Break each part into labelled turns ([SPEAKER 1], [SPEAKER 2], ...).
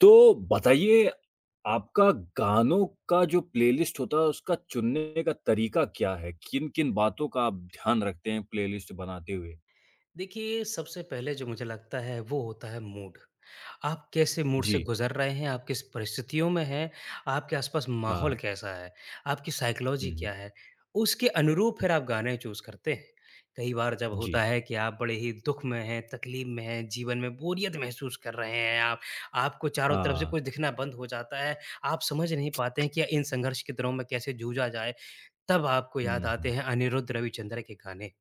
[SPEAKER 1] तो बताइए, आपका गानों का जो प्लेलिस्ट होता है, उसका चुनने का तरीका क्या है? किन-किन बातों का आप ध्यान रखते हैं प्लेलिस्ट बनाते हुए?
[SPEAKER 2] देखिए, सबसे पहले जो मुझे लगता है वो होता है मूड। आप कैसे मूड से
[SPEAKER 1] जी,
[SPEAKER 2] गुज़र रहे हैं, आप किस परिस्थितियों में हैं, आपके आसपास माहौल
[SPEAKER 1] हाँ।
[SPEAKER 2] कैसा है, आपकी
[SPEAKER 1] हुँ,
[SPEAKER 2] साइकोलॉजी
[SPEAKER 1] हुँ।
[SPEAKER 2] क्या है, उसके अनुरूप फिर आप गाने चूज़ करते हैं। कई बार जब
[SPEAKER 1] जी,
[SPEAKER 2] होता है कि आप बड़े ही दुःख में हैं, तकलीफ़ में हैं, जीवन में बोरियत महसूस कर रहे हैं आप, आपको चारों तरफ से
[SPEAKER 1] हाँ।
[SPEAKER 2] कुछ दिखना बंद हो जाता है, आप समझ नहीं पाते हैं कि इन संघर्ष के दिनों में कैसे जूझा जाए, तब आपको
[SPEAKER 1] हुँ,
[SPEAKER 2] याद आते
[SPEAKER 1] हुँ।
[SPEAKER 2] हैं अनिरुद्ध रविचंद्र के गाने।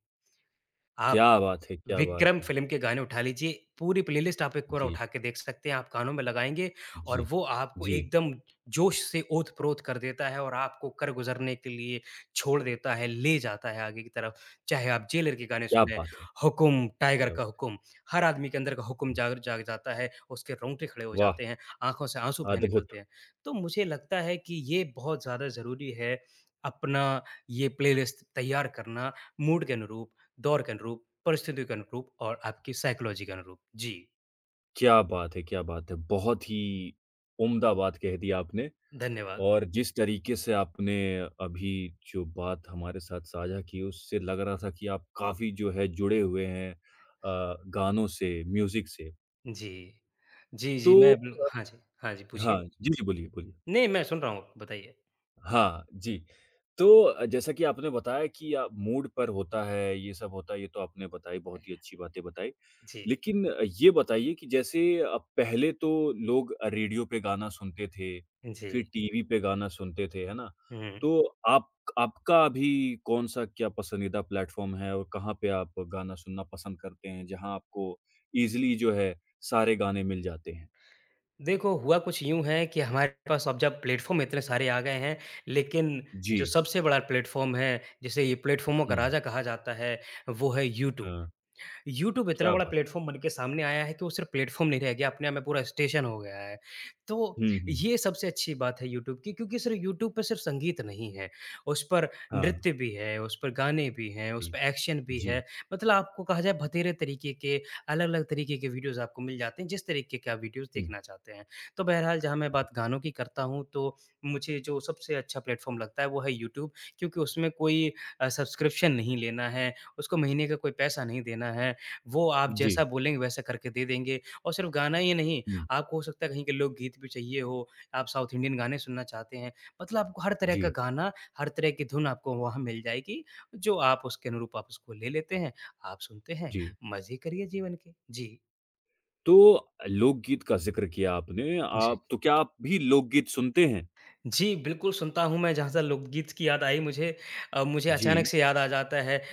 [SPEAKER 1] क्या बात है, क्या बात
[SPEAKER 2] विक्रम
[SPEAKER 1] है!
[SPEAKER 2] फ़िल्म के गाने उठा लीजिए, पूरी प्लेलिस्ट आप एक बार
[SPEAKER 1] जी,
[SPEAKER 2] उठा के देख सकते हैं, आप कानों में लगाएँगे और
[SPEAKER 1] जी,
[SPEAKER 2] वो आपको
[SPEAKER 1] जी।
[SPEAKER 2] एकदम जोश से ओत-प्रोत कर देता है और आपको कर गुज़रने के लिए छोड़ देता है, ले जाता है आगे की तरफ। चाहे आप जेलर के गाने
[SPEAKER 1] क्या
[SPEAKER 2] सुनें,
[SPEAKER 1] बात है,
[SPEAKER 2] हुकुम, टाइगर
[SPEAKER 1] क्या
[SPEAKER 2] का
[SPEAKER 1] बात
[SPEAKER 2] हुकुम, हर आदमी के अंदर का हुकुम
[SPEAKER 1] है!
[SPEAKER 2] जाग जाग जाता है, उसके रोंगटे खड़े हो
[SPEAKER 1] वाह!
[SPEAKER 2] जाते हैं, आँखों से आँसू बह
[SPEAKER 1] अद्भुत!
[SPEAKER 2] निकलते हैं। तो मुझे लगता है कि ये बहुत ज़्यादा ज़रूरी है, अपना ये प्लेलिस्ट तैयार करना मूड के अनुरूप। दौर के अनुरूप, परिस्थितियों के अनुरूप और आपकी साइकोलॉजी के अनुरूप। जी,
[SPEAKER 1] क्या बात है, क्या बात है! बहुत ही उम्दा बात कह दी आपने।
[SPEAKER 2] धन्यवाद।
[SPEAKER 1] और जिस तरीके से आपने अभी जो बात हमारे साथ साझा की, उससे लग रहा था कि आप काफ़ी जो है जुड़े हुए हैं गानों से, म्यूज़िक से।
[SPEAKER 2] जी। जी,
[SPEAKER 1] तो
[SPEAKER 2] जी, मैं बिल हाँ जी, हाँ जी, पूछिए।
[SPEAKER 1] हाँ, जी, जी, बोलिए, बोलिए।
[SPEAKER 2] नहीं, मैं सुन रहा हूँ, बताइए।
[SPEAKER 1] हाँ, जी। तो जैसा कि आपने बताया कि मूड पर होता है, ये सब होता है, ये तो आपने बताई, बहुत ही अच्छी बातें बताई।
[SPEAKER 2] जी,
[SPEAKER 1] लेकिन ये बताइए कि जैसे पहले तो लोग रेडियो पे गाना सुनते थे, फिर
[SPEAKER 2] जी।
[SPEAKER 1] टीवी पे गाना सुनते थे, है ना?
[SPEAKER 2] हुँ।
[SPEAKER 1] तो आप आपका अभी कौन-सा क्या पसंदीदा प्लेटफ़ॉर्म है और कहाँ पे आप गाना सुनना पसंद करते हैं, जहाँ आपको ईज़िली जो है सारे गाने मिल जाते हैं?
[SPEAKER 2] देखो, हुआ कुछ यूँ है कि हमारे पास अब जब प्लेटफ़ॉर्म इतने सारे आ गए हैं, लेकिन
[SPEAKER 1] जी।
[SPEAKER 2] जो सबसे बड़ा प्लेटफ़ॉर्म है, जिसे ये प्लेटफ़ॉर्मों का
[SPEAKER 1] हुँ।
[SPEAKER 2] राजा कहा जाता है, वो है यूट्यूब।
[SPEAKER 1] हाँ,
[SPEAKER 2] यूट्यूब इतना
[SPEAKER 1] क्या
[SPEAKER 2] बड़ा
[SPEAKER 1] बात है।
[SPEAKER 2] प्लेटफ़ॉर्म बन के सामने आया है कि वो सिर्फ़ प्लेटफ़ॉर्म नहीं रह गया, अपने आप में पूरा स्टेशन हो गया है। तो
[SPEAKER 1] हुँ, हुँ।
[SPEAKER 2] ये सबसे अच्छी बात है यूट्यूब की क्योंकि सिर्फ़ यूट्यूब पे सिर्फ़ संगीत नहीं है, उस पर
[SPEAKER 1] हाँ,
[SPEAKER 2] नृत्य भी है, उस पर गाने भी हैं, उस
[SPEAKER 1] जी।
[SPEAKER 2] पे एक्शन भी
[SPEAKER 1] जी,
[SPEAKER 2] है। मतलब आपको कहा जाए भतेरे तरीके के, अलग-अलग तरीके के वीडियोज़ आपको मिल जाते हैं, जिस तरीके के आप वीडियोज़
[SPEAKER 1] हुँ,
[SPEAKER 2] देखना चाहते हैं। तो बहरहाल जहाँ मैं
[SPEAKER 1] जी,
[SPEAKER 2] बात गानों की करता हूँ, तो मुझे जो सबसे अच्छा प्लेटफ़ॉर्म लगता है वो है यूट्यूब क्योंकि उसमें कोई सब्सक्रिप्शन नहीं लेना है, उसको महीने का कोई पैसा नहीं देना है। वो आप
[SPEAKER 1] जी,
[SPEAKER 2] जैसा बोलेंगे वैसा करके दे देंगे और सिर्फ़ गाना ही नहीं,
[SPEAKER 1] हुँ,
[SPEAKER 2] आपको हो सकता है कहीं के लोकगीत भी चाहिए हो, आप साउथ इंडियन गाने सुनना चाहते हैं, मतलब आपको हर तरह का
[SPEAKER 1] जी,
[SPEAKER 2] गाना, हर तरह की धुन आपको वहाँ मिल जाएगी, जो आप उसके अनुरूप आप उसको ले लेते हैं, आप सुनते हैं,
[SPEAKER 1] जी।
[SPEAKER 2] मज़े करिए जीवन के। जी।
[SPEAKER 1] तो लोकगीत का ज़िक्र किया आपने,
[SPEAKER 2] जी।
[SPEAKER 1] आप तो क्या आप भी लोकगीत सुनते हैं?
[SPEAKER 2] जी, बिल्कुल सुनता हूँ मैं, जहाँ से लोकगीत की याद आई मुझे मुझे अचानक
[SPEAKER 1] जी।
[SPEAKER 2] से याद आ जाता है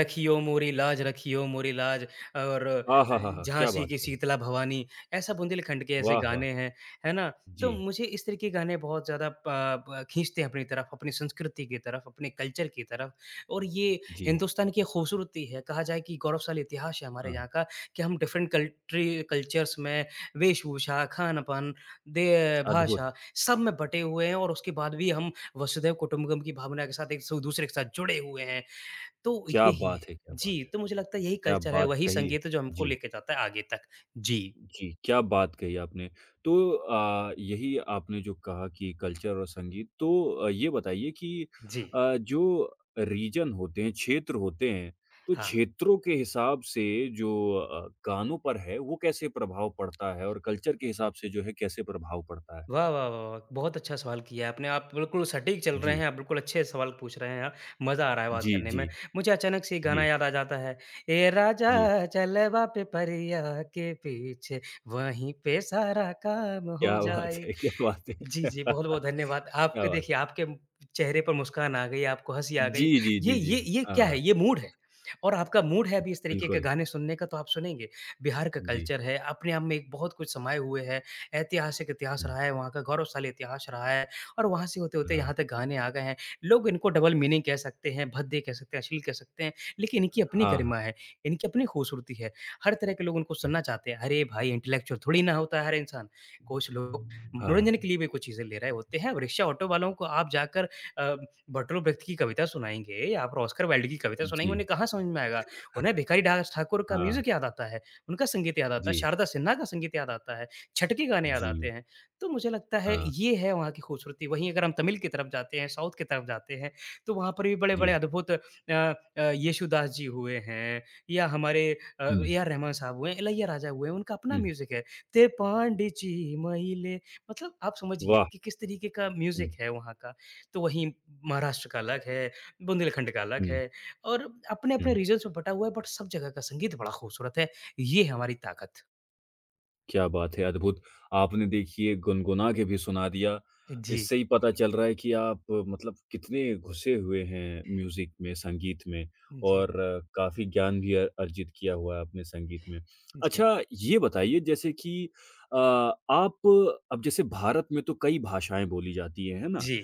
[SPEAKER 2] रखियो मोरी लाज और
[SPEAKER 1] आहाहाहा! क्या
[SPEAKER 2] झाँसी
[SPEAKER 1] बात
[SPEAKER 2] की
[SPEAKER 1] है!
[SPEAKER 2] शीतला भवानी, ऐसा बुंदेलखंड के ऐसे
[SPEAKER 1] वाह, वाह!
[SPEAKER 2] गाने हैं, है ना? तो
[SPEAKER 1] जी,
[SPEAKER 2] मुझे इस तरह के गाने बहुत ज़्यादा प प खींचते हैं अपनी तरफ, अपनी संस्कृति की तरफ, अपने कल्चर की तरफ और ये
[SPEAKER 1] जी,
[SPEAKER 2] हिंदुस्तान की खूबसूरती है, कहा जाए कि गौरवशाली इतिहास है हमारे
[SPEAKER 1] हाँ,
[SPEAKER 2] यहाँ का कि हम डिफरेंट कल्ट्री कल्चर्स में वेशभूषा, खान-पान दे
[SPEAKER 1] अद्भुत!
[SPEAKER 2] भाषा, सब में बँटे हुए हैं और उसके बाद भी हम वसुधैव कुटुम्बकम की भावना के साथ एक सु दूसरे के साथ जुड़े हुए हैं। तो
[SPEAKER 1] क्या
[SPEAKER 2] यही है।
[SPEAKER 1] बात है, क्या बात
[SPEAKER 2] जी,
[SPEAKER 1] है!
[SPEAKER 2] तो मुझे लगता है यही
[SPEAKER 1] क्या
[SPEAKER 2] कल्चर है,
[SPEAKER 1] बात
[SPEAKER 2] वही
[SPEAKER 1] कही है!
[SPEAKER 2] संगीत है जो हमको
[SPEAKER 1] जी।
[SPEAKER 2] लेके जाता है आगे तक। जी,
[SPEAKER 1] जी, क्या बात कही आपने। तो यही आपने जो कहा कि कल्चर और संगीत, तो ये बताइए कि
[SPEAKER 2] जी।
[SPEAKER 1] जो रीजन होते हैं, क्षेत्र होते हैं, तो
[SPEAKER 2] हाँ।
[SPEAKER 1] क्षेत्रों के हिसाब से जो गानों पर है, वो कैसे प्रभाव पड़ता है? और कल्चर के हिसाब से जो है, कैसे प्रभाव पड़ता है?
[SPEAKER 2] वाह, वाह, वाह, वाह! बहुत अच्छा सवाल किया आपने। आप बिल्कुल सटीक चल रहे
[SPEAKER 1] जी,
[SPEAKER 2] हैं, आप बिल्कुल अच्छे सवाल पूछ रहे हैं आप। मज़ा आ रहा है बात
[SPEAKER 1] जी,
[SPEAKER 2] करने
[SPEAKER 1] जी,
[SPEAKER 2] में। मुझे अचानक से ये गाना
[SPEAKER 1] जी,
[SPEAKER 2] याद आ जाता है, ए राजा
[SPEAKER 1] जी।
[SPEAKER 2] चलवा पे परिया के पीछे, वहीं पे सारा काम हो
[SPEAKER 1] क्या बात
[SPEAKER 2] जाए।
[SPEAKER 1] है, क्या बात है!
[SPEAKER 2] जी, जी, बहुत-बहुत
[SPEAKER 1] क्या
[SPEAKER 2] धन्यवाद। आपके
[SPEAKER 1] बात
[SPEAKER 2] देखिए
[SPEAKER 1] है।
[SPEAKER 2] आपके चेहरे पर मुस्कान आ गई, आपको हँसी आ
[SPEAKER 1] जी,
[SPEAKER 2] गई।
[SPEAKER 1] जी,
[SPEAKER 2] ये
[SPEAKER 1] जी, जी।
[SPEAKER 2] ये ये क्या
[SPEAKER 1] हाँ,
[SPEAKER 2] है? ये मूड है और आपका मूड है अभी इस तरीके के
[SPEAKER 1] बिल्कुल।
[SPEAKER 2] गाने सुनने का तो आप सुनेंगे। बिहार का
[SPEAKER 1] जी,
[SPEAKER 2] कल्चर है, अपने आप में एक बहुत कुछ समाये हुए हैं। ऐतिहासिक इतिहास
[SPEAKER 1] हुँ।
[SPEAKER 2] रहा है, वहाँ का गौरवशाली इतिहास रहा है और वहाँ से होते-होते
[SPEAKER 1] हाँ,
[SPEAKER 2] यहाँ तक गाने आ गए हैं। लोग इनको डबल मीनिंग कह सकते हैं, भद्दे कह सकते हैं, अश्लील कह सकते हैं, लेकिन इनकी अपनी
[SPEAKER 1] हाँ,
[SPEAKER 2] गरिमा
[SPEAKER 1] हाँ,
[SPEAKER 2] है, इनकी अपनी खूबसूरती है। हर तरह के लोग उनको
[SPEAKER 1] जी,
[SPEAKER 2] सुनना चाहते हैं। अरे भाई इंटेलेक्चुअल थोड़ी ना होता है हर इंसान। कुछ लोग
[SPEAKER 1] हाँ,
[SPEAKER 2] मनोरंजन के लिए भी कुछ चीज़ें ले रहे होते हैं। अब रिक्शा ऑटो वालों को आप जाकर बर्टोल्ड ब्रेख्त की कविता सुनाएँगे या आप ऑस्कर वाइल्ड की कविता सुनाएँगे,
[SPEAKER 1] जी।
[SPEAKER 2] उन्हें कहाँ समझ में आएगा? उन्हें भिखारी दास ठाकुर का
[SPEAKER 1] हाँ,
[SPEAKER 2] म्यूज़िक याद आता है, उनका संगीत याद आता है,
[SPEAKER 1] जी,
[SPEAKER 2] शारदा सिन्हा का संगीत याद आता है, छठ के गाने याद
[SPEAKER 1] जी,
[SPEAKER 2] आते हैं। तो मुझे लगता है
[SPEAKER 1] हाँ,
[SPEAKER 2] ये है वहाँ की खूबसूरती। वहीं अगर हम तमिल की तरफ जाते हैं, साउथ की तरफ जाते हैं, तो वहाँ पर भी बड़े-बड़े
[SPEAKER 1] जी।
[SPEAKER 2] अद्भुत येशुदास जी हुए हैं या हमारे
[SPEAKER 1] हुँ,
[SPEAKER 2] ए आर रहमान साहब हुए हैं, इलैयाराजा हुए हैं, उनका अपना
[SPEAKER 1] हुँ,
[SPEAKER 2] म्यूज़िक है। ते पांडिची मयिले मतलब आप समझिए
[SPEAKER 1] वाह!
[SPEAKER 2] कि किस तरीके का
[SPEAKER 1] हुँ,
[SPEAKER 2] म्यूज़िक है वहाँ का। तो वहीं महाराष्ट्र का अलग है, बुंदेलखंड का अलग
[SPEAKER 1] हुँ,
[SPEAKER 2] है और
[SPEAKER 1] हुँ,
[SPEAKER 2] अपने-अपने रीजन्स में बँटा हुआ है बट सब जगह का संगीत बड़ा खूबसूरत है। ये है हमारी ताकत।
[SPEAKER 1] क्या बात है, अद्भुत! आपने देखिए गुनगुना के भी सुना दिया।
[SPEAKER 2] जी।
[SPEAKER 1] इससे ही पता चल रहा है कि आप मतलब कितने घुसे हुए हैं म्यूज़िक में, संगीत में
[SPEAKER 2] जी,
[SPEAKER 1] और काफ़ी ज्ञान भी अर्जित किया हुआ है आपने संगीत में।
[SPEAKER 2] जी,
[SPEAKER 1] अच्छा, ये बताइए जैसे कि आप अब जैसे भारत में तो कई भाषाएँ बोली जाती हैं, है ना?
[SPEAKER 2] जी।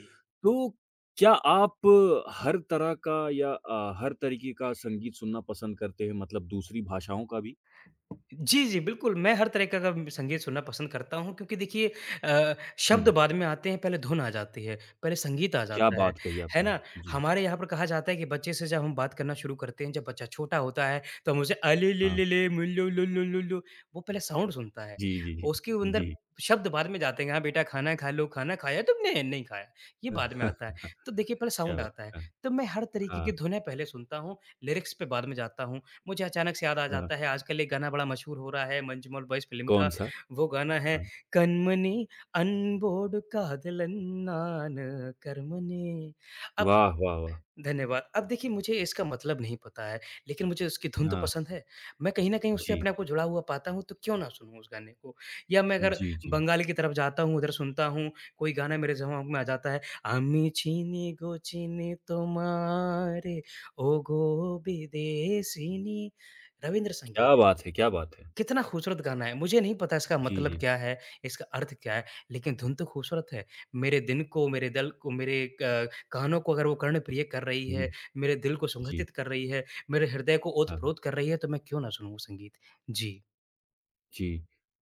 [SPEAKER 1] तो क्या आप हर तरह का या हर तरीके का संगीत सुनना पसंद करते हैं मतलब दूसरी भाषाओं का भी?
[SPEAKER 2] जी, जी, बिल्कुल, मैं हर तरह का संगीत सुनना पसंद करता हूँ क्योंकि देखिए अ, शब्द
[SPEAKER 1] हुँ,
[SPEAKER 2] बाद में आते हैं, पहले धुन आ जाती है, पहले संगीत आ
[SPEAKER 1] क्या
[SPEAKER 2] जाता
[SPEAKER 1] बात कही
[SPEAKER 2] है
[SPEAKER 1] आपने!
[SPEAKER 2] ना?
[SPEAKER 1] जी,
[SPEAKER 2] हमारे यहाँ पर कहा जाता है कि बच्चे से जब हम बात करना शुरू करते हैं, जब बच्चा छोटा होता है, तो हम उसे अ, ले, ले,
[SPEAKER 1] हाँ।
[SPEAKER 2] ले, ले, मु, लो, लो, लो, लो, लो, वो पहले साउंड सुनता है,
[SPEAKER 1] जी, जी, जी।
[SPEAKER 2] उसके अंदर
[SPEAKER 1] जी।
[SPEAKER 2] शब्द बाद में जाते हैं, हाँ, बेटा खाना खा लो, खाना खाया तुमने? नहीं खाया, ये बाद में आता है। तो देखिए पहले
[SPEAKER 1] क्या
[SPEAKER 2] साउंड आता है,
[SPEAKER 1] बात है!
[SPEAKER 2] तो मैं हर तरीके
[SPEAKER 1] हाँ,
[SPEAKER 2] की धुनें पहले सुनता हूँ, लिरिक्स पे बाद में जाता हूँ। मुझे अचानक से याद आ
[SPEAKER 1] हाँ।
[SPEAKER 2] जाता है आजकल एक गाना बड़ा मशहूर हो रहा है मंजूमल बॉयज फ़िल्म का,
[SPEAKER 1] कौन-सा?
[SPEAKER 2] वो गाना है
[SPEAKER 1] हाँ।
[SPEAKER 2] "कनमनी अनबोडु कादलन्नान करमने" अब
[SPEAKER 1] वाह, वाह, वाह!
[SPEAKER 2] धन्यवाद। अब देखिए मुझे इसका मतलब नहीं पता है, लेकिन मुझे उसकी धुन तो
[SPEAKER 1] हाँ,
[SPEAKER 2] पसंद है। मैं कहीं न कहीं उससे
[SPEAKER 1] जी।
[SPEAKER 2] अपने आप को जुड़ा हुआ पाता हूँ, तो क्यों ना सुनूँ उस गाने को? या मैं अगर
[SPEAKER 1] जी, जी।
[SPEAKER 2] बंगाली की तरफ जाता हूँ, उधर सुनता हूँ, कोई गाना मेरे दिमाग में आ जाता है। আমি চিনি গো চিনি তোমারে ওগো বিদেশিনী। रविंद्र संगीत।
[SPEAKER 1] क्या बात है! क्या बात है!
[SPEAKER 2] कितना खूबसूरत गाना है, मुझे नहीं पता इसका
[SPEAKER 1] जी,
[SPEAKER 2] मतलब
[SPEAKER 1] जी।
[SPEAKER 2] क्या है, इसका अर्थ क्या है, लेकिन धुन तो खूबसूरत है। मेरे दिन को, मेरे दल को, मेरे क कानों को अगर वो कर्णप्रिय कर रही
[SPEAKER 1] हुँ,
[SPEAKER 2] है, मेरे दिल को
[SPEAKER 1] जी।
[SPEAKER 2] सुगंधित कर रही है, मेरे हृदय को
[SPEAKER 1] हाँ,
[SPEAKER 2] ओत-प्रोत कर रही है, तो मैं क्यों ना सुनूँ वो संगीत? जी,
[SPEAKER 1] जी।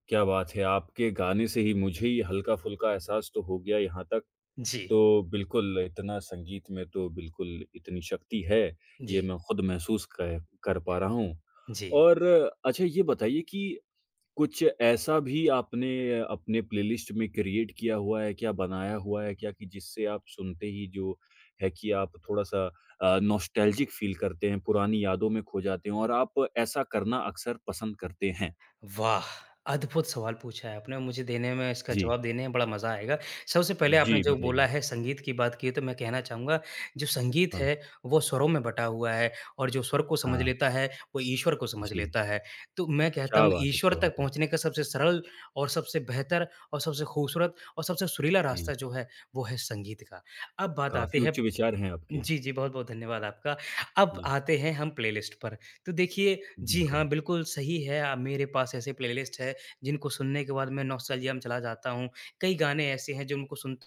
[SPEAKER 1] क्या बात है! आपके गाने से ही मुझे ही हल्का-फुल्का एहसास तो हो गया यहाँ तक
[SPEAKER 2] जी,
[SPEAKER 1] तो बिल्कुल, इतना संगीत में तो बिल्कुल इतनी शक्ति है, ये
[SPEAKER 2] जी,
[SPEAKER 1] मैं खुद महसूस कर कर पा रहा हूँ।
[SPEAKER 2] जी।
[SPEAKER 1] और अच्छा ये बताइए कि कुछ ऐसा भी आपने अपने प्लेलिस्ट में क्रिएट किया हुआ है क्या, बनाया हुआ है क्या कि जिससे आप सुनते ही जो है कि आप थोड़ा-सा नॉस्टैल्जिक फ़ील करते हैं, पुरानी यादों में खो जाते हैं और आप ऐसा करना अक्सर पसंद करते हैं?
[SPEAKER 2] वाह! अद्भुत सवाल पूछा है आपने, मुझे देने में इसका
[SPEAKER 1] जी।
[SPEAKER 2] जवाब देने में बड़ा मज़ा आएगा। सबसे पहले आपने
[SPEAKER 1] जी,
[SPEAKER 2] जो
[SPEAKER 1] बताइए।
[SPEAKER 2] बोला है संगीत की बात की है तो मैं कहना चाहूँगा, जो संगीत
[SPEAKER 1] हाँ,
[SPEAKER 2] है वो स्वरों में बँटा हुआ है और जो स्वर को समझ
[SPEAKER 1] हाँ।
[SPEAKER 2] लेता है, वो ईश्वर को समझ
[SPEAKER 1] जी।
[SPEAKER 2] लेता है। तो मैं कहता
[SPEAKER 1] क्या
[SPEAKER 2] हूँ
[SPEAKER 1] बात है!
[SPEAKER 2] ईश्वर
[SPEAKER 1] क्या
[SPEAKER 2] तक
[SPEAKER 1] बात है!
[SPEAKER 2] पहुँचने का सबसे सरल और सबसे बेहतर और सबसे खूबसूरत और सबसे सुरीला
[SPEAKER 1] जी।
[SPEAKER 2] रास्ता जो है, वो है संगीत का। अब बात
[SPEAKER 1] काफ़ी
[SPEAKER 2] आती
[SPEAKER 1] उच्च
[SPEAKER 2] है
[SPEAKER 1] विचार हैं आपके।
[SPEAKER 2] जी, जी, बहुत-बहुत धन्यवाद आपका। अब
[SPEAKER 1] जी,
[SPEAKER 2] आते हैं हम प्लेलिस्ट पर। तो देखिए, जी
[SPEAKER 1] बिल्कुल।
[SPEAKER 2] हाँ, बिल्कुल सही है मेरे पास ऐसे प्लेलिस्ट है, जिनको सुनने के बाद मैं नॉस्टैल्जिया में चला जाता हूँ। कई गाने ऐसे हैं, जिनको सुनते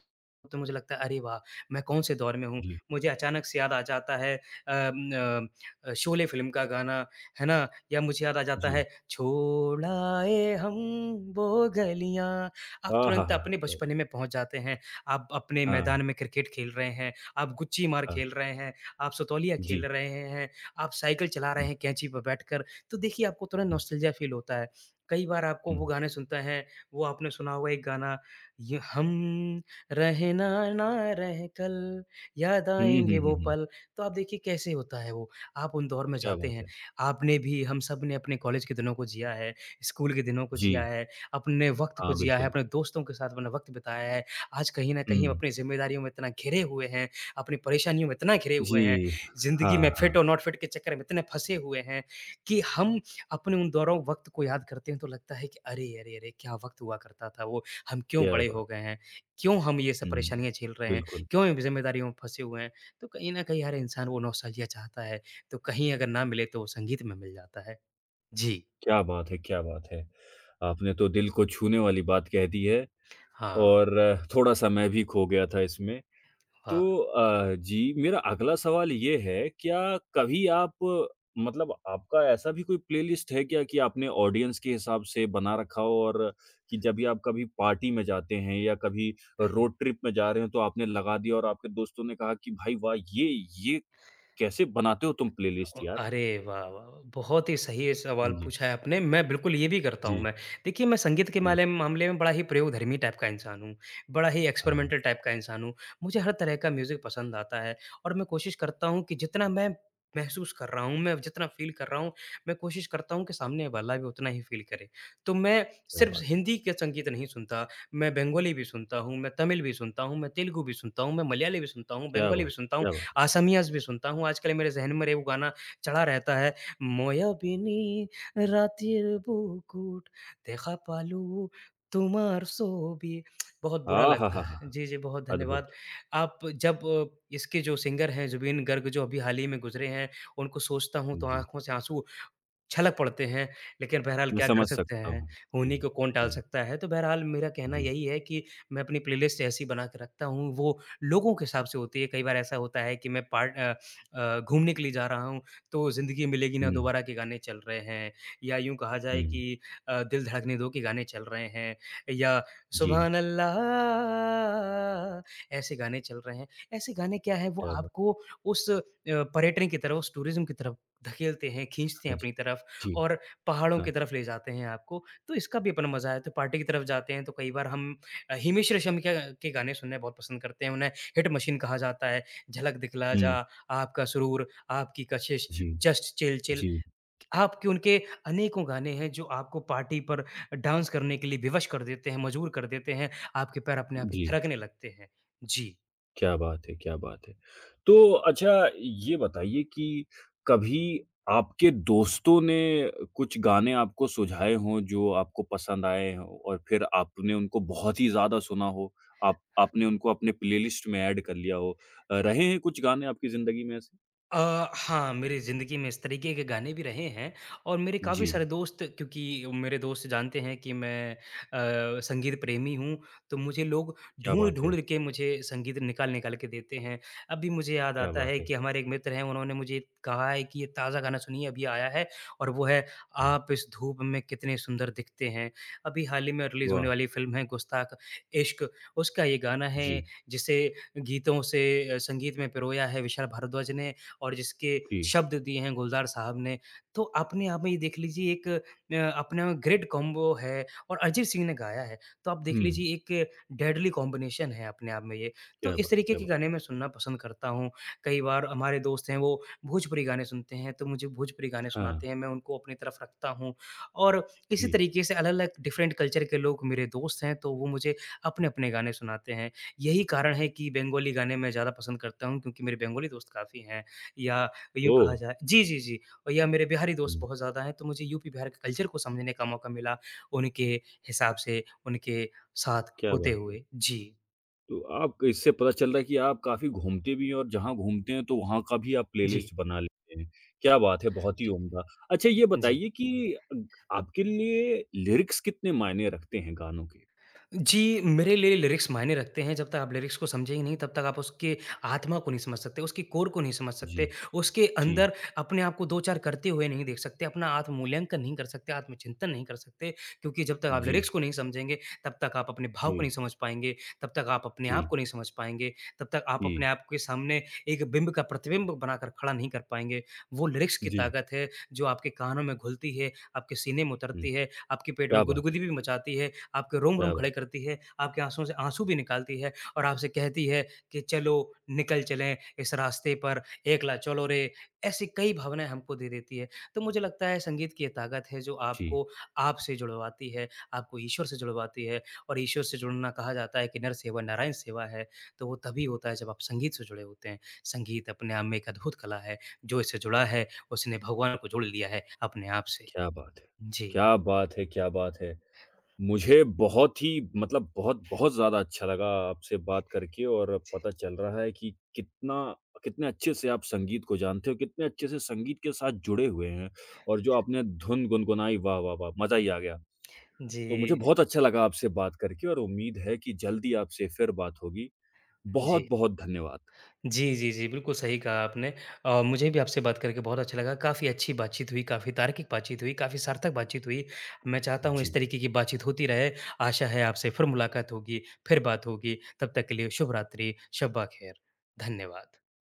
[SPEAKER 2] तो मुझे लगता है, "अरे वाह! मैं कौन-से दौर में हूँ?"
[SPEAKER 1] जी,
[SPEAKER 2] मुझे अचानक से याद आ जाता है अम, शोले फ़िल्म का गाना, है ना? या मुझे याद आ जाता
[SPEAKER 1] जी।
[SPEAKER 2] है, "छोड़ आए हम वो गलियाँ" आप
[SPEAKER 1] हाँ, हाँ,
[SPEAKER 2] तुरंत
[SPEAKER 1] हाँ, हाँ।
[SPEAKER 2] अपने
[SPEAKER 1] क्या
[SPEAKER 2] बचपने में पहुँच जाते हैं। आप अपने
[SPEAKER 1] हाँ,
[SPEAKER 2] मैदान में क्रिकेट खेल रहे हैं, आप गुच्ची मार
[SPEAKER 1] हाँ।
[SPEAKER 2] खेल रहे हैं, आप सतोलिया
[SPEAKER 1] जी।
[SPEAKER 2] खेल रहे हैं, आप साइकिल चला
[SPEAKER 1] हुँ,
[SPEAKER 2] रहे हैं कैंची पर बैठकर। तो देखिए आपको थोड़ा
[SPEAKER 1] हुँ,
[SPEAKER 2] नॉस्टैल्जिया फ़ील होता है। कई बार आपको
[SPEAKER 1] हुँ।
[SPEAKER 2] वो गाने सुनते हैं, वो आपने सुना होगा एक गाना ये हम रहे ना ना रहे कल, याद
[SPEAKER 1] हुँ, हुँ,
[SPEAKER 2] आएँगे
[SPEAKER 1] हुँ,
[SPEAKER 2] वो
[SPEAKER 1] हुँ।
[SPEAKER 2] पल। तो आप देखिए कैसे होता है वो, आप उन दौर में
[SPEAKER 1] क्या
[SPEAKER 2] जाते
[SPEAKER 1] बात
[SPEAKER 2] हैं।
[SPEAKER 1] है।
[SPEAKER 2] आपने भी हम सब ने अपने कॉलेज के दिनों को जिया है, स्कूल के दिनों को
[SPEAKER 1] जी।
[SPEAKER 2] जिया है, अपने वक़्त को
[SPEAKER 1] हाँ,
[SPEAKER 2] जिया है,
[SPEAKER 1] बिल्कुल।
[SPEAKER 2] अपने दोस्तों के साथ अपना वक़्त बिताया है। आज कहीं न कहीं हम
[SPEAKER 1] हुँ।
[SPEAKER 2] अपनी ज़िम्मेदारियों में इतना घिरे हुए हैं अपनी परेशानियों में इतना घिरे हुए हैं,
[SPEAKER 1] जी।
[SPEAKER 2] ज़िंदगी
[SPEAKER 1] हाँ,
[SPEAKER 2] में
[SPEAKER 1] हाँ।
[SPEAKER 2] फिट और नॉट फिट के चक्कर में इतने फँसे हुए हैं कि हम अपने उन दौरों वक़्त को याद करते हैं तो लगता है कि अरे, अरे, अरे! क्या वक़्त हुआ करता था वो, हम क्यों
[SPEAKER 1] क्या
[SPEAKER 2] बड़े
[SPEAKER 1] बात
[SPEAKER 2] हो गए हैं? क्यों हम ये सब
[SPEAKER 1] हुँ।
[SPEAKER 2] परेशानियाँ झेल रहे हैं?
[SPEAKER 1] बिल्कुल।
[SPEAKER 2] क्यों इन ज़िम्मेदारियों में फँसे हुए हैं? तो कहीं न कहीं हर इंसान वो नॉस्टैल्जिया चाहता है, तो कहीं अगर ना मिले तो वो संगीत में मिल जाता है। जी।
[SPEAKER 1] क्या बात है, क्या बात है। आपने तो दिल को छूने वाली बात कह दी है
[SPEAKER 2] हाँ,
[SPEAKER 1] और थोड़ा-सा मैं भी खो गया था इसमें।
[SPEAKER 2] हाँ।
[SPEAKER 1] तो जी, मेरा अगला सवाल ये है, क्या कभी आप मतलब आपका ऐसा भी कोई प्लेलिस्ट है क्या कि आपने ऑडियंस के हिसाब से बना रखा हो और कि जब भी आप कभी पार्टी में जाते हैं या कभी रोड ट्रिप में जा रहे हो, तो आपने लगा दिया और आपके दोस्तों ने कहा कि भाई वाह! ये कैसे बनाते हो तुम प्लेलिस्ट यार?
[SPEAKER 2] अरे वाह, वाह, वाह! बहुत ही सही सवाल
[SPEAKER 1] जी,
[SPEAKER 2] पूछा है आपने। मैं बिल्कुल ये भी करता हूँ
[SPEAKER 1] जी,
[SPEAKER 2] मैं। देखिए मैं संगीत के
[SPEAKER 1] जी।
[SPEAKER 2] माले मामले में बड़ा ही प्रयोगधर्मी टाइप का इंसान हूँ, बड़ा ही
[SPEAKER 1] हाँ,
[SPEAKER 2] एक्सपेरिमेंटल टाइप का इंसान हूँ। मुझे हर तरह का म्यूज़िक पसंद आता है और मैं कोशिश करता हूँ कि जितना मैं महसूस कर रहा हूँ, मैं जितना फ़ील कर रहा हूँ, मैं कोशिश करता हूँ कि सामने वाला भी उतना ही फ़ील करे। तो मैं
[SPEAKER 1] क्या
[SPEAKER 2] सिर्फ़
[SPEAKER 1] बात है!
[SPEAKER 2] हिंदी के संगीत नहीं सुनता, मैं बंगाली भी सुनता हूँ, मैं तमिल भी सुनता हूँ, मैं तेलुगु भी सुनता हूँ, मैं मलयाली भी सुनता हूँ,
[SPEAKER 1] क्या
[SPEAKER 2] बंगाली
[SPEAKER 1] बात!
[SPEAKER 2] भी सुनता हूँ,
[SPEAKER 1] क्या बात!
[SPEAKER 2] असमियाज़ भी सुनता हूँ। आजकल मेरे ज़हन में रे वो गाना चढ़ा रहता है। "मोया বিনি রাতের বুকুট দেখা পালো তোমার ছবি" बहुत बुरा
[SPEAKER 1] हाँ, हाँ,
[SPEAKER 2] लगता
[SPEAKER 1] हाँ, हाँ,
[SPEAKER 2] है।
[SPEAKER 1] हाँ।
[SPEAKER 2] जी, जी, बहुत धन्यवाद।
[SPEAKER 1] अद्भुत!
[SPEAKER 2] आप जब इसके जो सिंगर हैं जुबीन गर्ग जो अभी हाल ही में गुज़रे हैं, उनको सोचता हूँ तो
[SPEAKER 1] जी,
[SPEAKER 2] आँखों से आँसू छलक पड़ते हैं, लेकिन बहरहाल
[SPEAKER 1] मैं
[SPEAKER 2] क्या कर
[SPEAKER 1] समझ
[SPEAKER 2] सकते
[SPEAKER 1] सकता
[SPEAKER 2] हैं,
[SPEAKER 1] हूँ।
[SPEAKER 2] होने
[SPEAKER 1] जी,
[SPEAKER 2] को कौन टाल
[SPEAKER 1] जी,
[SPEAKER 2] सकता है। तो बहरहाल मेरा कहना
[SPEAKER 1] जी।
[SPEAKER 2] यही है कि मैं अपनी प्लेलिस्ट ऐसी बना के रखता हूँ, वो लोगों के हिसाब से होती है। कई बार ऐसा होता है कि मैं घूमने के लिए जा रहा हूँ, तो ज़िंदगी मिलेगी ना
[SPEAKER 1] हुँ,
[SPEAKER 2] दोबारा के गाने चल रहे हैं या यूँ कहा जाए
[SPEAKER 1] हुँ।
[SPEAKER 2] कि दिल धड़कने दो के गाने चल रहे हैं या
[SPEAKER 1] जी,
[SPEAKER 2] सुबहान अल्लाह, ऐसे गाने चल रहे हैं। ऐसे गाने क्या है, वो
[SPEAKER 1] क्या बात है!
[SPEAKER 2] आपको उस पर्यटन की तरफ, उस टूरिज़्म की तरफ धकेलते हैं, खींचते
[SPEAKER 1] हाँ
[SPEAKER 2] हैं
[SPEAKER 1] जी,
[SPEAKER 2] अपनी तरफ।
[SPEAKER 1] जी,
[SPEAKER 2] और पहाड़ों की
[SPEAKER 1] हाँ।
[SPEAKER 2] तरफ ले जाते हैं आपको, तो इसका भी अपना मज़ा है। तो पार्टी की तरफ जाते हैं तो कई बार हम हिमेश रेशम के गाने सुनने बहुत पसंद करते हैं, उन्हें हिट मशीन कहा जाता है। झलक दिखला
[SPEAKER 1] हुँ,
[SPEAKER 2] जा, आपका सुरूर, आपकी कशिश,
[SPEAKER 1] जी,
[SPEAKER 2] जस्ट चिल चिल,
[SPEAKER 1] जी,
[SPEAKER 2] आपके उनके अनेकों गाने हैं जो आपको पार्टी पर डांस करने के लिए विवश कर देते हैं, मजबूर कर देते हैं, आपके पैर अपने आप ही
[SPEAKER 1] जी,
[SPEAKER 2] थिरकने लगते हैं। जी।
[SPEAKER 1] क्या बात है, क्या बात है। तो अच्छा ये बताइए कि कभी आपके दोस्तों ने कुछ गाने आपको सुझाए हों जो आपको पसंद आए हों और फिर आपने उनको बहुत ही ज़्यादा सुना हो, आप आपने उनको अपने प्लेलिस्ट में ऐड कर लिया हो। रहे हैं कुछ गाने आपकी ज़िंदगी में ऐसे?
[SPEAKER 2] हाँ, मेरी ज़िंदगी में इस तरीके के गाने भी रहे हैं और मेरे काफ़ी
[SPEAKER 1] जी,
[SPEAKER 2] सारे दोस्त क्योंकि मेरे दोस्त जानते हैं कि मैं संगीत प्रेमी हूँ, तो मुझे लोग
[SPEAKER 1] क्या बात है,
[SPEAKER 2] ढूँढ-ढूँढ के मुझे संगीत निकाल-निकाल के देते हैं। अभी मुझे याद
[SPEAKER 1] क्या
[SPEAKER 2] आता
[SPEAKER 1] बात
[SPEAKER 2] है
[SPEAKER 1] है!
[SPEAKER 2] कि हमारे एक मित्र हैं, उन्होंने मुझे कहा है कि ये ताज़ा गाना सुनिए अभी आया है और वो है
[SPEAKER 1] हाँ,
[SPEAKER 2] आप इस धूप में कितने सुंदर दिखते हैं। अभी हाल ही में रिलीज़ होने
[SPEAKER 1] वाह!
[SPEAKER 2] वाली फ़िल्म है गुस्ताख इश्क, उसका ये गाना है
[SPEAKER 1] जी,
[SPEAKER 2] जिसे गीतों से संगीत में पिरोया है विशाल भारद्वाज ने और जिसके
[SPEAKER 1] जी।
[SPEAKER 2] शब्द दिए हैं गुलज़ार साहब ने, तो अपने आप में ये देख लीजिए एक अपने में ग्रेट कॉम्बो है और अरिजीत सिंह ने गाया है, तो आप देख
[SPEAKER 1] हुँ,
[SPEAKER 2] लीजिए एक डेडली कॉम्बिनेशन है अपने आप में ये। तो
[SPEAKER 1] क्या
[SPEAKER 2] इस
[SPEAKER 1] बात,
[SPEAKER 2] तरीके
[SPEAKER 1] क्या
[SPEAKER 2] के
[SPEAKER 1] बात!
[SPEAKER 2] गाने मैं सुनना पसंद करता हूँ। कई बार हमारे दोस्त हैं वो भोजपुरी गाने सुनते हैं, तो मुझे भोजपुरी गाने
[SPEAKER 1] हाँ,
[SPEAKER 2] सुनाते हैं, मैं उनको अपनी तरफ रखता हूँ और इसी
[SPEAKER 1] जी।
[SPEAKER 2] तरीके से अलग-अलग डिफरेंट कल्चर के लोग मेरे दोस्त हैं, तो वो मुझे अपने-अपने गाने सुनाते हैं। यही कारण है कि बंगाली गाने मैं ज़्यादा पसंद करता हूँ क्योंकि मेरे बंगाली दोस्त काफ़ी हैं। या यूँ
[SPEAKER 1] ओह!
[SPEAKER 2] कहा जाए जी, जी, जी। और या मेरे बिहारी दोस्त
[SPEAKER 1] हुँ,
[SPEAKER 2] बहुत ज़्यादा हैं, तो मुझे यूपी बिहार के कल्चर को समझने का मौका मिला, उनके हिसाब से, उनके साथ
[SPEAKER 1] क्या
[SPEAKER 2] होते
[SPEAKER 1] बात है!
[SPEAKER 2] हुए। जी,
[SPEAKER 1] तो आप इससे पता चल रहा है कि आप काफ़ी घूमते भी हैं और जहाँ घूमते हैं तो वहाँ का भी आप
[SPEAKER 2] जी,
[SPEAKER 1] प्लेलिस्ट बना लेते हैं। क्या बात है, बहुत ही
[SPEAKER 2] जी,
[SPEAKER 1] उम्दा। अच्छा ये
[SPEAKER 2] जी।
[SPEAKER 1] बताइए कि अग आपके लिए लिरिक्स कितने मायने रखते हैं गानों के?
[SPEAKER 2] जी, मेरे लिए लिरिक्स मायने रखते हैं, जब तक आप लिरिक्स को समझे ही नहीं, तब तक आप उसके आत्मा को नहीं समझ सकते, उसकी कोर को नहीं समझ
[SPEAKER 1] जी,
[SPEAKER 2] सकते, उसके
[SPEAKER 1] जी,
[SPEAKER 2] अंदर अपने आप को 2-4 करते हुए नहीं देख सकते, अपना आत्म-मूल्यांकन नहीं कर सकते, आत्म-चिंतन नहीं कर सकते, क्योंकि जब तक आप
[SPEAKER 1] जी,
[SPEAKER 2] लिरिक्स को नहीं समझेंगे, तब तक आप अपने भाव को
[SPEAKER 1] जी,
[SPEAKER 2] नहीं समझ पाएँगे, तब तक आप अपने आप
[SPEAKER 1] जी,
[SPEAKER 2] को नहीं समझ पाएँगे, तब तक आप अपने
[SPEAKER 1] जी,
[SPEAKER 2] आप के सामने एक बिंब का प्रतिबिंब बनाकर खड़ा नहीं कर पाएँगे। वो लिरिक्स की
[SPEAKER 1] जी।
[SPEAKER 2] ताकत है, जो आपके कानों में घुलती है, आपके सीने में
[SPEAKER 1] हुँ,
[SPEAKER 2] उतरती है, आपके पेट
[SPEAKER 1] क्या
[SPEAKER 2] में
[SPEAKER 1] बात है,
[SPEAKER 2] गुदगुदी भी मचाती है आपके रोम-रोम
[SPEAKER 1] क्या
[SPEAKER 2] खड़े
[SPEAKER 1] बात है!
[SPEAKER 2] करती है, आपकी आँसुओं से आँसू भी निकालती है और आपसे कहती है कि चलो निकल चलें इस रास्ते पर, एकला चलो रे, ऐसी कई भावनाएँ हमको दे देती है। तो मुझे लगता है संगीत की ये ताकत है जो
[SPEAKER 1] जी,
[SPEAKER 2] आपको आप से जुड़वाती है, आपको ईश्वर से जुड़वाती है और ईश्वर से जुड़ना कहा जाता है कि नर सेवा नारायण सेवा है, तो वो तभी होता है जब आप संगीत से जुड़े होते हैं। संगीत अपने आप में एक अद्भुत कला है, जो इससे जुड़ा है उसने भगवान को जोड़ लिया है अपने आप से।
[SPEAKER 1] क्या बात है!
[SPEAKER 2] जी,
[SPEAKER 1] क्या बात है, क्या बात है! मुझे बहुत ही मतलब बहुत बहुत ज़्यादा अच्छा लगा आपसे बात करके और
[SPEAKER 2] जी।
[SPEAKER 1] पता चल रहा है कि कितना कितने अच्छे से आप संगीत को जानते हो, कितने अच्छे से संगीत के साथ जुड़े हुए हैं और जो आपने धुन गुनगुनाई वाह, वाह, वाह! मज़ा ही आ गया। तो मुझे
[SPEAKER 2] जी,
[SPEAKER 1] बहुत अच्छा लगा आपसे बात करके और उम्मीद है कि जल्दी आपसे फिर बात होगी।
[SPEAKER 2] जी।
[SPEAKER 1] बहुत-बहुत धन्यवाद।
[SPEAKER 2] जी, जी, जी। बिल्कुल सही कहा आपने। मुझे भी आपसे बात करके बहुत अच्छा लगा। काफ़ी अच्छी बातचीत हुई, काफ़ी तार्किक बातचीत हुई, काफ़ी सार्थक बातचीत हुई। मैं चाहता हूँ
[SPEAKER 1] जी।
[SPEAKER 2] इस तरीके की बातचीत होती रहे। आशा है आपसे फिर मुलाकात होगी, फिर बात होगी। तब तक के लिए शुभ रात्रि, शब्बा ख़ैर। धन्यवाद।